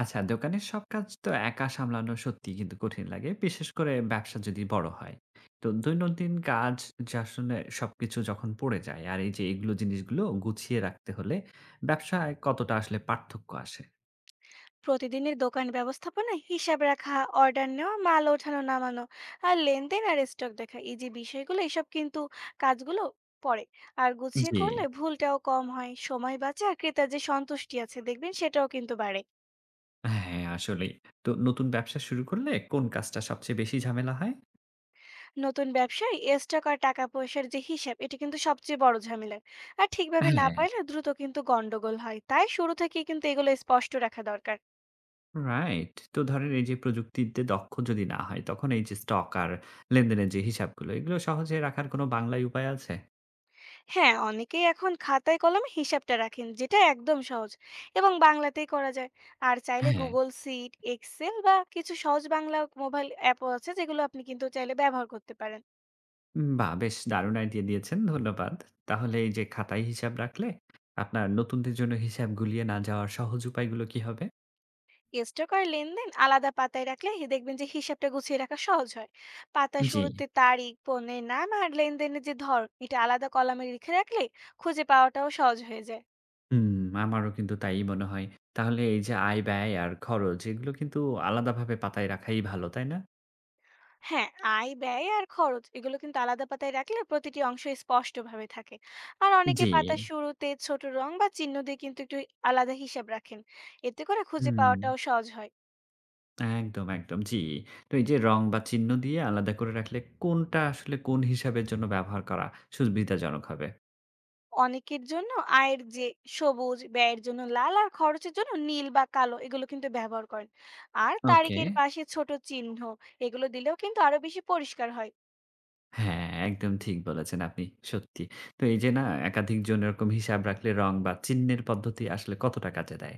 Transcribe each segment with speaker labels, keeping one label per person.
Speaker 1: আচ্ছা, দোকানের সব কাজ তো একা সামলানো সত্যিই কিন্তু কঠিন লাগে। বিশেষ করে ব্যবসা যদি বড় হয়। তো দৈনন্দিন কাজ যে আসলে সবকিছু যখন পড়ে যায় আর এই যে এগুলো জিনিসগুলো গুছিয়ে রাখতে হলে ব্যবসায় কতটা আসলে পার্থক্য আসে?
Speaker 2: প্রতিদিনের দোকান ব্যবস্থাপনায় হিসাব রাখা, অর্ডার নেওয়া, মাল ওঠানো নামানো আর লেনদেন আর স্টক দেখা, এই যে বিষয়গুলো, এসব কিন্তু কাজগুলো পড়ে। আর গুছিয়ে
Speaker 1: জি।
Speaker 2: করলে ভুলটাও কম হয়, সময় বাঁচে, আর ক্রেতার যে সন্তুষ্টি আছে দেখবেন সেটাও কিন্তু বাড়ে।
Speaker 1: হ্যাঁ, আসলেই। তো নতুন ব্যবসা শুরু করলে কোন কাজটা সবচেয়ে বেশি ঝামেলা হয়?
Speaker 2: নতুন ব্যবসায় স্টক আর টাকা পয়সার যে হিসাব, এটা কিন্তু সবচেয়ে বড় ঝামেলা। আর ঠিকভাবে না
Speaker 1: হ্যাঁ।
Speaker 2: পাইলে দ্রুত কিন্তু গন্ডগোল হয়, তাই শুরু থেকেই কিন্তু এগুলো স্পষ্ট রাখা দরকার।
Speaker 1: রাইট। তো ধরেন এই যে প্রযুক্তিতে দক্ষ যদি না হয় তখন এই যে স্টক আর লেনদেনের যে হিসাবগুলো এগুলো সহজে রাখার কোনো বাংলায় উপায় আছে?
Speaker 2: হ্যাঁ, অনেকেই এখন খাতায় কলমে হিসাবটা রাখেন, যেটা একদম সহজ এবং বাংলাতেই করা যায়। আর চাইলে
Speaker 1: হ্যাঁ।
Speaker 2: গুগল সিট, এক্সেল বা কিছু সহজ বাংলা মোবাইল অ্যাপও আছে, যেগুলো আপনি কিন্তু চাইলে ব্যবহার করতে পারেন।
Speaker 1: বাহ! বেশ দারুণ আইডিয়া দিয়েছেন। ধন্যবাদ। তাহলে এই যে খাতায় হিসাব রাখলে আপনার নতুনদের জন্য হিসাব গুলিয়ে না যাওয়ার সহজ উপায়গুলো কি হবে?
Speaker 2: স্টক আর লেনদেন আলাদা পাতায় রাখলে দেখবেন যে হিসাবটা গুছিয়ে রাখা সহজ হয়। পাতার
Speaker 1: জি।
Speaker 2: শুরুতে তারিখ, পণ্যের নাম আর লেনদেনের যে ধর, এটা আলাদা কলামে লিখে রাখলে খুঁজে পাওয়াটাও সহজ হয়ে যায়।
Speaker 1: হুম, আমারও কিন্তু তাই মনে হয়। তাহলে এই যে আয়, ব্যয় আর খরচ এগুলো কিন্তু আলাদাভাবে পাতায় রাখাই ভালো, তাই না?
Speaker 2: হ্যাঁ, আয়, ব্যয় আর খরচ এগুলো কিন্তু আলাদা পাতায় রাখলে প্রতিটি অংশ স্পষ্টভাবে থাকে। আর অনেকে
Speaker 1: জি।
Speaker 2: পাতার শুরুতে ছোট রং বা চিহ্ন দিয়ে কিন্তু একটু আলাদা হিসাব রাখেন। এতে করে খুঁজে
Speaker 1: হুম,
Speaker 2: পাওয়াটাও সহজ হয়।
Speaker 1: একদম, একদম। জি। তো এই যে রং বা চিহ্ন দিয়ে আলাদা করে রাখলে কোনটা আসলে কোন হিসাবের জন্য ব্যবহার করা সুবিধাজনক হবে?
Speaker 2: অনেকের জন্য আয়ের যে সবুজ, ব্যয়ের জন্য লাল আর খরচের জন্য নীল বা কালো, এগুলো কিন্তু ব্যবহার করেন। আর
Speaker 1: ওকে।
Speaker 2: তারিখের পাশে ছোট চিহ্ন এগুলো দিলেও কিন্তু আরো বেশি পরিষ্কার হয়।
Speaker 1: হ্যাঁ, একদম ঠিক বলেছেন আপনি। সত্যি। তো এই যে না একাধিক জন এরকম হিসাব রাখলে রং বা চিহ্নের পদ্ধতি আসলে কতটা কাজে দেয়?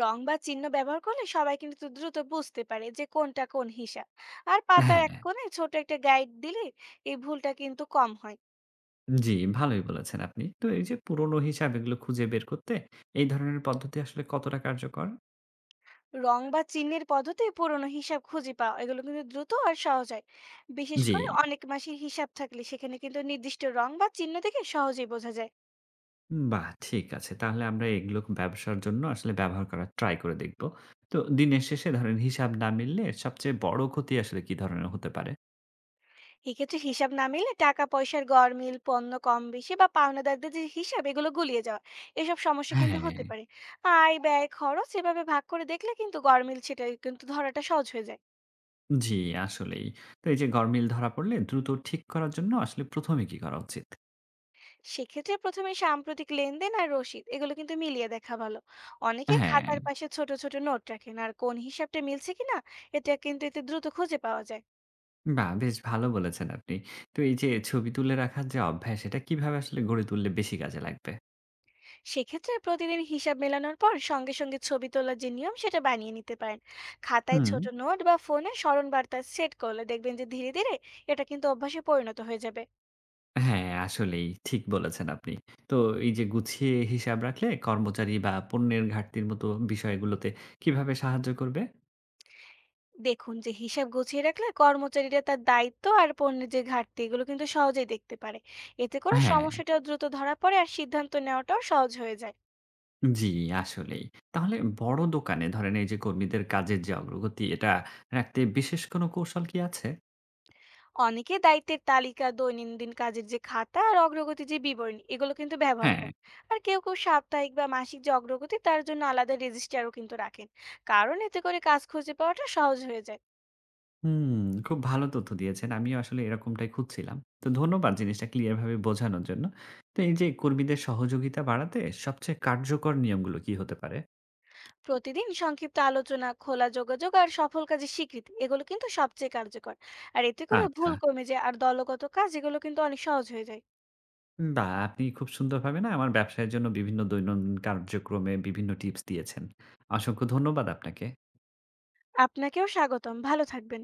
Speaker 2: রং বা চিহ্ন ব্যবহার করলে সবাই কিন্তু দ্রুত বুঝতে পারে যে কোনটা কোন হিসাব। আর পাতার এক
Speaker 1: হ্যাঁ,
Speaker 2: কোণে ছোট একটা গাইড দিলে এই ভুলটা কিন্তু কম হয়।
Speaker 1: জি, ভালোই বলেছেন আপনি। তো এই যে পুরনো হিসাব এগুলো খুঁজে বের করতে এই ধরনের পদ্ধতি আসলে কতটা কার্যকর?
Speaker 2: রং বা চিহ্নের পদ্ধতি পুরনো হিসাব খুঁজে পাওয়া এগুলো কিন্তু দ্রুত আর সহজ হয়। বিশেষ
Speaker 1: জি।
Speaker 2: করে অনেক মাসের হিসাব থাকলে সেখানে কিন্তু নির্দিষ্ট রং বা চিহ্ন দেখে সহজেই বোঝা যায়।
Speaker 1: বাহ! ঠিক আছে। তাহলে আমরা এগুলো ব্যবসার জন্য আসলে ব্যবহার করার ট্রাই করে দেখব। তো দিনের শেষে ধরেন হিসাব না মিললে সবচেয়ে বড় ক্ষতি আসলে কি ধরনের হতে পারে?
Speaker 2: এক্ষেত্রে হিসাব না মিলে টাকা পয়সার গরমিল, পণ্য কম বেশি বা পাওনাদারদের যে হিসাব এগুলো গুলিয়ে যাওয়া, এসব সমস্যা কিন্তু
Speaker 1: হ্যাঁ।
Speaker 2: হতে পারে। আয়, ব্যয়, খরচ এভাবে ভাগ করে দেখলে কিন্তু গরমিল সেটা কিন্তু ধরাটা সহজ হয়ে যায়।
Speaker 1: জি, আসলেই। তো এই যে গরমিল ধরা পড়লে দ্রুত ঠিক করার জন্য আসলে ১ম এ কি করা উচিত?
Speaker 2: সেক্ষেত্রে প্রথমে সাম্প্রতিক লেনদেন আর রসিদ এগুলো কিন্তু মিলিয়ে দেখা ভালো। অনেকে
Speaker 1: হ্যাঁ।
Speaker 2: খাতার পাশে ছোট ছোট নোট রাখেন আর কোন হিসাবটা মিলছে কিনা, এটা কিন্তু এতে দ্রুত খুঁজে পাওয়া যায়।
Speaker 1: বাহ! বেশ ভালো বলেছেন আপনি। তো এই যে ছবি তুলে রাখার যে অভ্যাস, এটা কিভাবে আসলে গড়ে তুললে বেশি কাজে লাগবে?
Speaker 2: সেক্ষেত্রে প্রতিদিন হিসাব মেলানোর পর সঙ্গে সঙ্গে ছবি তোলার যে নিয়ম সেটা বানিয়ে নিতে পারেন। খাতায়
Speaker 1: হুম।
Speaker 2: ছোট নোট বা ফোনে স্মরণ বার্তা সেট করলে দেখবেন যে ধীরে ধীরে এটা কিন্তু অভ্যাসে পরিণত হয়ে যাবে।
Speaker 1: হ্যাঁ, আসলেই ঠিক বলেছেন আপনি। তো এই যে গুছিয়ে হিসাব রাখলে কর্মচারী বা পণ্যের ঘাটতির মতো বিষয়গুলোতে কিভাবে সাহায্য করবে?
Speaker 2: দেখুন যে হিসাব গুছিয়ে রাখলে কর্মচারীরা তার দায়িত্ব আর পণ্যের যে ঘাটতি এগুলো কিন্তু সহজেই দেখতে পারে। এতে করে
Speaker 1: হ্যাঁ।
Speaker 2: সমস্যাটাও দ্রুত ধরা পড়ে আর সিদ্ধান্ত নেওয়াটাও সহজ হয়ে যায়।
Speaker 1: জি, আসলেই। তাহলে বড় দোকানে ধরেন এই যে কর্মীদের কাজের যে অগ্রগতি, এটা রাখতে বিশেষ কোনো কৌশল কি আছে?
Speaker 2: অনেকে দায়িত্বের তালিকা, দৈনন্দিন কাজের যে খাতা আর অগ্রগতি যে বিবরণী এগুলো কিন্তু ব্যবহার
Speaker 1: হ্যাঁ।
Speaker 2: করেন। আর কেউ কেউ সাপ্তাহিক বা মাসিক যে অগ্রগতি তার জন্য আলাদা রেজিস্ট্রারও কিন্তু রাখেন, কারণ এতে করে কাজ খুঁজে পাওয়াটা সহজ হয়ে যায়।
Speaker 1: হুম, খুব ভালো তথ্য দিয়েছেন। আমিও আসলে এরকমটাই খুঁজছিলাম। তো ধন্যবাদ জিনিসটা ক্লিয়ার ভাবে বোঝানোর জন্য। তো এই যে কর্মীদের সহযোগিতা বাড়াতে সবচেয়ে কার্যকর নিয়মগুলো কি হতে পারে?
Speaker 2: প্রতিদিন সংক্ষিপ্ত আলোচনা, খোলা যোগাযোগ আর সফল কাজের স্বীকৃতি এগুলো কিন্তু সবচেয়ে কার্যকর। আর এতে করে
Speaker 1: আচ্ছা।
Speaker 2: ভুল কমে যায় আর দলগত কাজ এগুলো কিন্তু অনেক সহজ হয়ে যায়।
Speaker 1: বাহ! আপনি খুব সুন্দরভাবে না আমার ব্যবসায়ের জন্য বিভিন্ন দৈনন্দিন কার্যক্রমে বিভিন্ন টিপস দিয়েছেন। অসংখ্য ধন্যবাদ আপনাকে।
Speaker 2: আপনাকেও স্বাগতম, ভালো থাকবেন।